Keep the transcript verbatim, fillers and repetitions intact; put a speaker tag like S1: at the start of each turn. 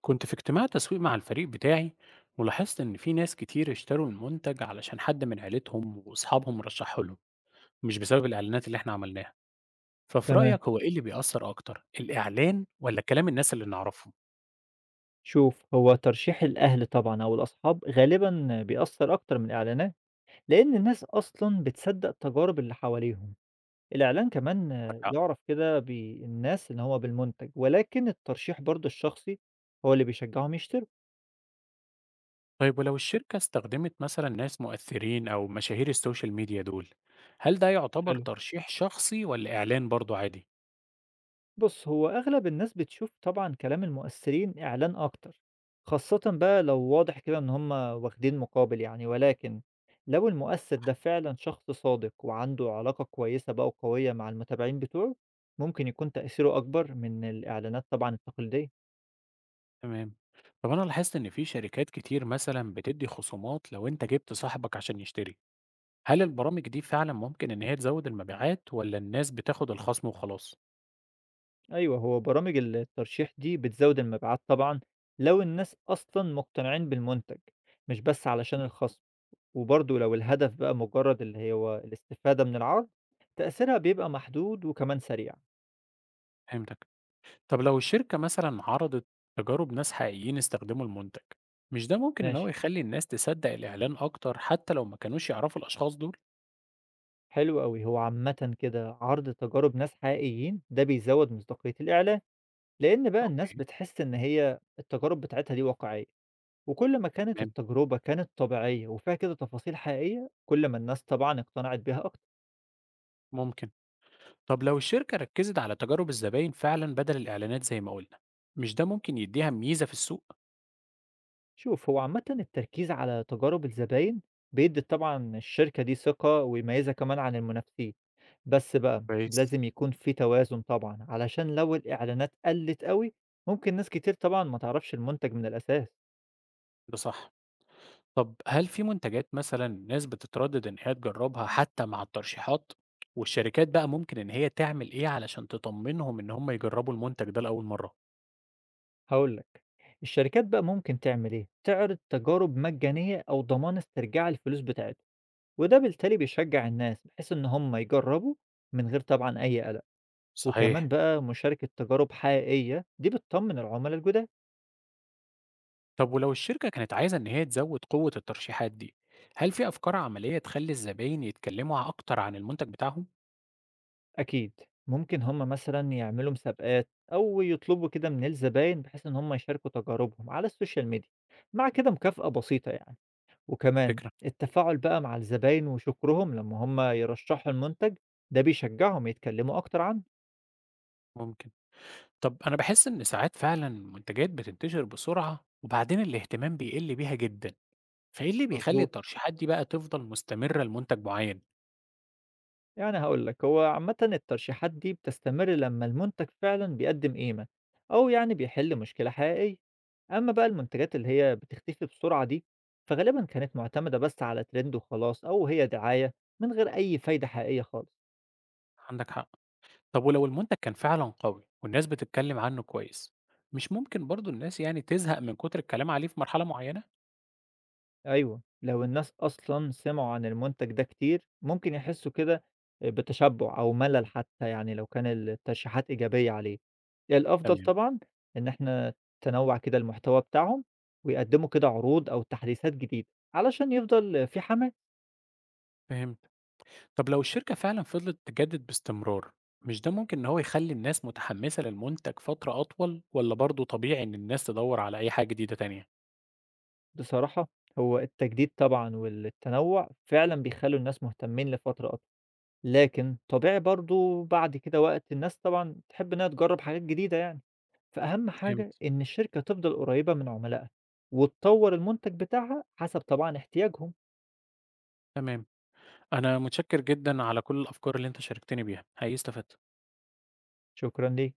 S1: كنت في اجتماع تسويق مع الفريق بتاعي، ولاحظت إن في ناس كتير اشتروا المنتج علشان حد من عيلتهم وأصحابهم رشحه لهم، مش بسبب الإعلانات اللي إحنا عملناها. ففي
S2: تمام.
S1: رأيك هو إيه اللي بيأثر أكتر، الإعلان ولا كلام الناس اللي نعرفهم؟
S2: شوف هو ترشيح الأهل طبعًا أو الأصحاب غالبًا بيأثّر أكتر من الإعلانات، لإن الناس أصلًا بتصدّق التجارب اللي حواليهم، الإعلان كمان
S1: معاك حق.
S2: يعرف كده بالناس إن هو بالمنتج، ولكن الترشيح برضه الشخصي هو اللي بيشجّعهم يشتروا.
S1: طيب ولو الشركة استخدمت مثلا ناس مؤثرين أو مشاهير السوشيال ميديا دول، هل ده يعتبر
S2: حلو.
S1: ترشيح شخصي ولا إعلان برضه عادي؟
S2: بُص، هو أغلب الناس بتشوف طبعًا كلام المؤثرين إعلان أكتر، خاصةً بقى لو واضح كده إن هم واخدين مقابل يعني، ولكن لو المؤثر ده فعلًا شخص صادق وعنده علاقة كويسة بقى وقوية مع المتابعين بتوعه، ممكن يكون تأثيره أكبر من الإعلانات طبعًا التقليدية.
S1: تمام. طب أنا لاحظت إن في شركات كتير مثلا بتدي خصومات لو أنت جبت صاحبك عشان يشتري. هل البرامج دي فعلًا ممكن إن هي تزوّد المبيعات والّا الناس بتاخد الخصم وخلاص؟
S2: أيوه، هو برامج ال الترشيح دي بتزود المبيعات طبعًا لو الناس أصلًا مقتنعين بالمنتج، مش بس علشان
S1: إمم.
S2: الخصم. وبرضه لو الهدف بقى مجرد اللي هو الاستفادة من العرض، تأثيرها بيبقى محدود وكمان سريع.
S1: فهمتك. طب لو الشركة مثلًا عرضت تجارب ناس حقيقيين استخدموا المنتج، مش ده ممكن إن هو
S2: ماشي،
S1: يخلّي الناس تصدق الإعلان أكتر حتى لو ما كانوش يعرفوا الأشخاص دول؟
S2: حلو أوي. هو عامةً كده عرض تجارب ناس حقيقيين ده بيزود مصداقية الإعلان، لأن بقى الناس
S1: أوكي.
S2: بتحس إن هي التجارب بتاعتها دي واقعية، وكل ما كانت
S1: تمام،
S2: التجربة كانت طبيعية وفيها كده تفاصيل حقيقية، كل ما الناس طبعًا اقتنعت بيها أكتر.
S1: ممكن. طب لو الشركة ركّزت على تجارب الزباين فعلًا بدل الإعلانات زي ما قُلنا، مش ده ممكن يدّيها ميزة في السوق؟
S2: شوف، هو عامةً التركيز على تجارب الزباين بيدي طبعًا الشركة دي ثقة ويميزها كمان عن المنافسين. بس بقى
S1: كويس.
S2: لازم يكون في توازن طبعًا، علشان لو الإعلانات قلّت أوي، ممكن ناس كتير طبعًا ما تعرفش المنتج من الأساس.
S1: ده صح. طب هل في منتجات مثلًا الناس بتتردد إن هي تجربها حتى مع الترشيحات؟ والشركات بقى ممكن إن هي تعمل إيه علشان تطمنهم إن هم يجربوا المنتج ده لأول مرة؟
S2: هاقول لك، الشركات بقى ممكن تعمل إيه، تعرض تجارب مجانية أو ضمان استرجاع الفلوس بتاعتهم، وده بالتالي بيشجع الناس بحيث إن هم يجربوا من غير طبعًا أي قلق، وكمان
S1: صحيح.
S2: بقى مشاركة تجارب حقيقية دي بتطمن العملا الجداد.
S1: طب ولو الشركة كانت عايزة إن هي تزود قوة الترشيحات دي، هل في أفكار عملية تخلي الزباين يتكلموا أكتر عن المنتج بتاعهم؟
S2: أكيد. ممكن هم مثلًا يعملوا مسابقات أو يطلبوا كده من الزباين بحيث إن هم يشاركوا تجاربهم على السوشيال ميديا، مع كده مكافأة بسيطة يعني. وكمان
S1: فكرة.
S2: التفاعل بقى مع الزباين وشكرهم لما هم يرشحوا المنتج، ده بيشجعهم يتكلموا أكتر عنه.
S1: ممكن. طب أنا بحس إن ساعات فعلًا منتجات بتنتشر بسرعة وبعدين الاهتمام بيقل بيها جدًا، فإيه اللي بيخلي
S2: مضبوط.
S1: الترشيحات دي بقى تفضل مستمرة لمنتج معين؟
S2: يعني هاقول لك، هو عامةً الترشيحات دي بتستمر لمّا المنتج فعلًا بيقدّم قيمة، أو يعني بيحل مشكلة حقيقية. أمّا بقى المنتجات اللي هي بتختفي بسرعة دي، فغالبًا كانت مُعتمدة بس على ترند وخلاص، أو هي دعاية من غير أي فايدة حقيقية خالص.
S1: عندك حق. طب ولو المنتج كان فعلًا قوي والناس بتتكلم عنه كويس، مش ممكن برضه الناس يعني تزهق من كتر الكلام عليه في مرحلة معينة؟
S2: أيوه، لو الناس أصلًا سمعوا عن المنتج ده كتير، ممكن يحسوا كده بتشبُّع أو ملل حتى يعني لو كان الترشيحات إيجابية عليه. يعني الأفضل
S1: تمام،
S2: طبعًا إن إحنا تنوّع كده المحتوى بتاعهم، ويقدّموا كده عروض أو تحديثات جديدة، علشان يفضل في حماس.
S1: فهمت. طب لو الشركة فعلًا فضلت تجدد باستمرار، مش ده ممكن إن هو يخلي الناس متحمسة للمنتج فترة أطول والّا برضه طبيعي إن الناس تدوّر على أي حاجة جديدة تانية؟
S2: بصراحة هو التجديد طبعًا والتنوّع فعلًا بيخلّوا الناس مهتمين لفترة أطول، لكن طبيعي برضه بعد كده وقت الناس طبعًا تحب إنها تجرّب حاجات جديدة يعني. فأهم حاجة
S1: فهمت،
S2: إن الشركة تفضل قريبة من عملائها، وتطور المنتج بتاعها حسب طبعًا احتياجهم.
S1: تمام. أنا متشكر جدًا على كل الأفكار اللي أنت شاركتني بيها، حقيقي استفدت.
S2: شكرًا ليك.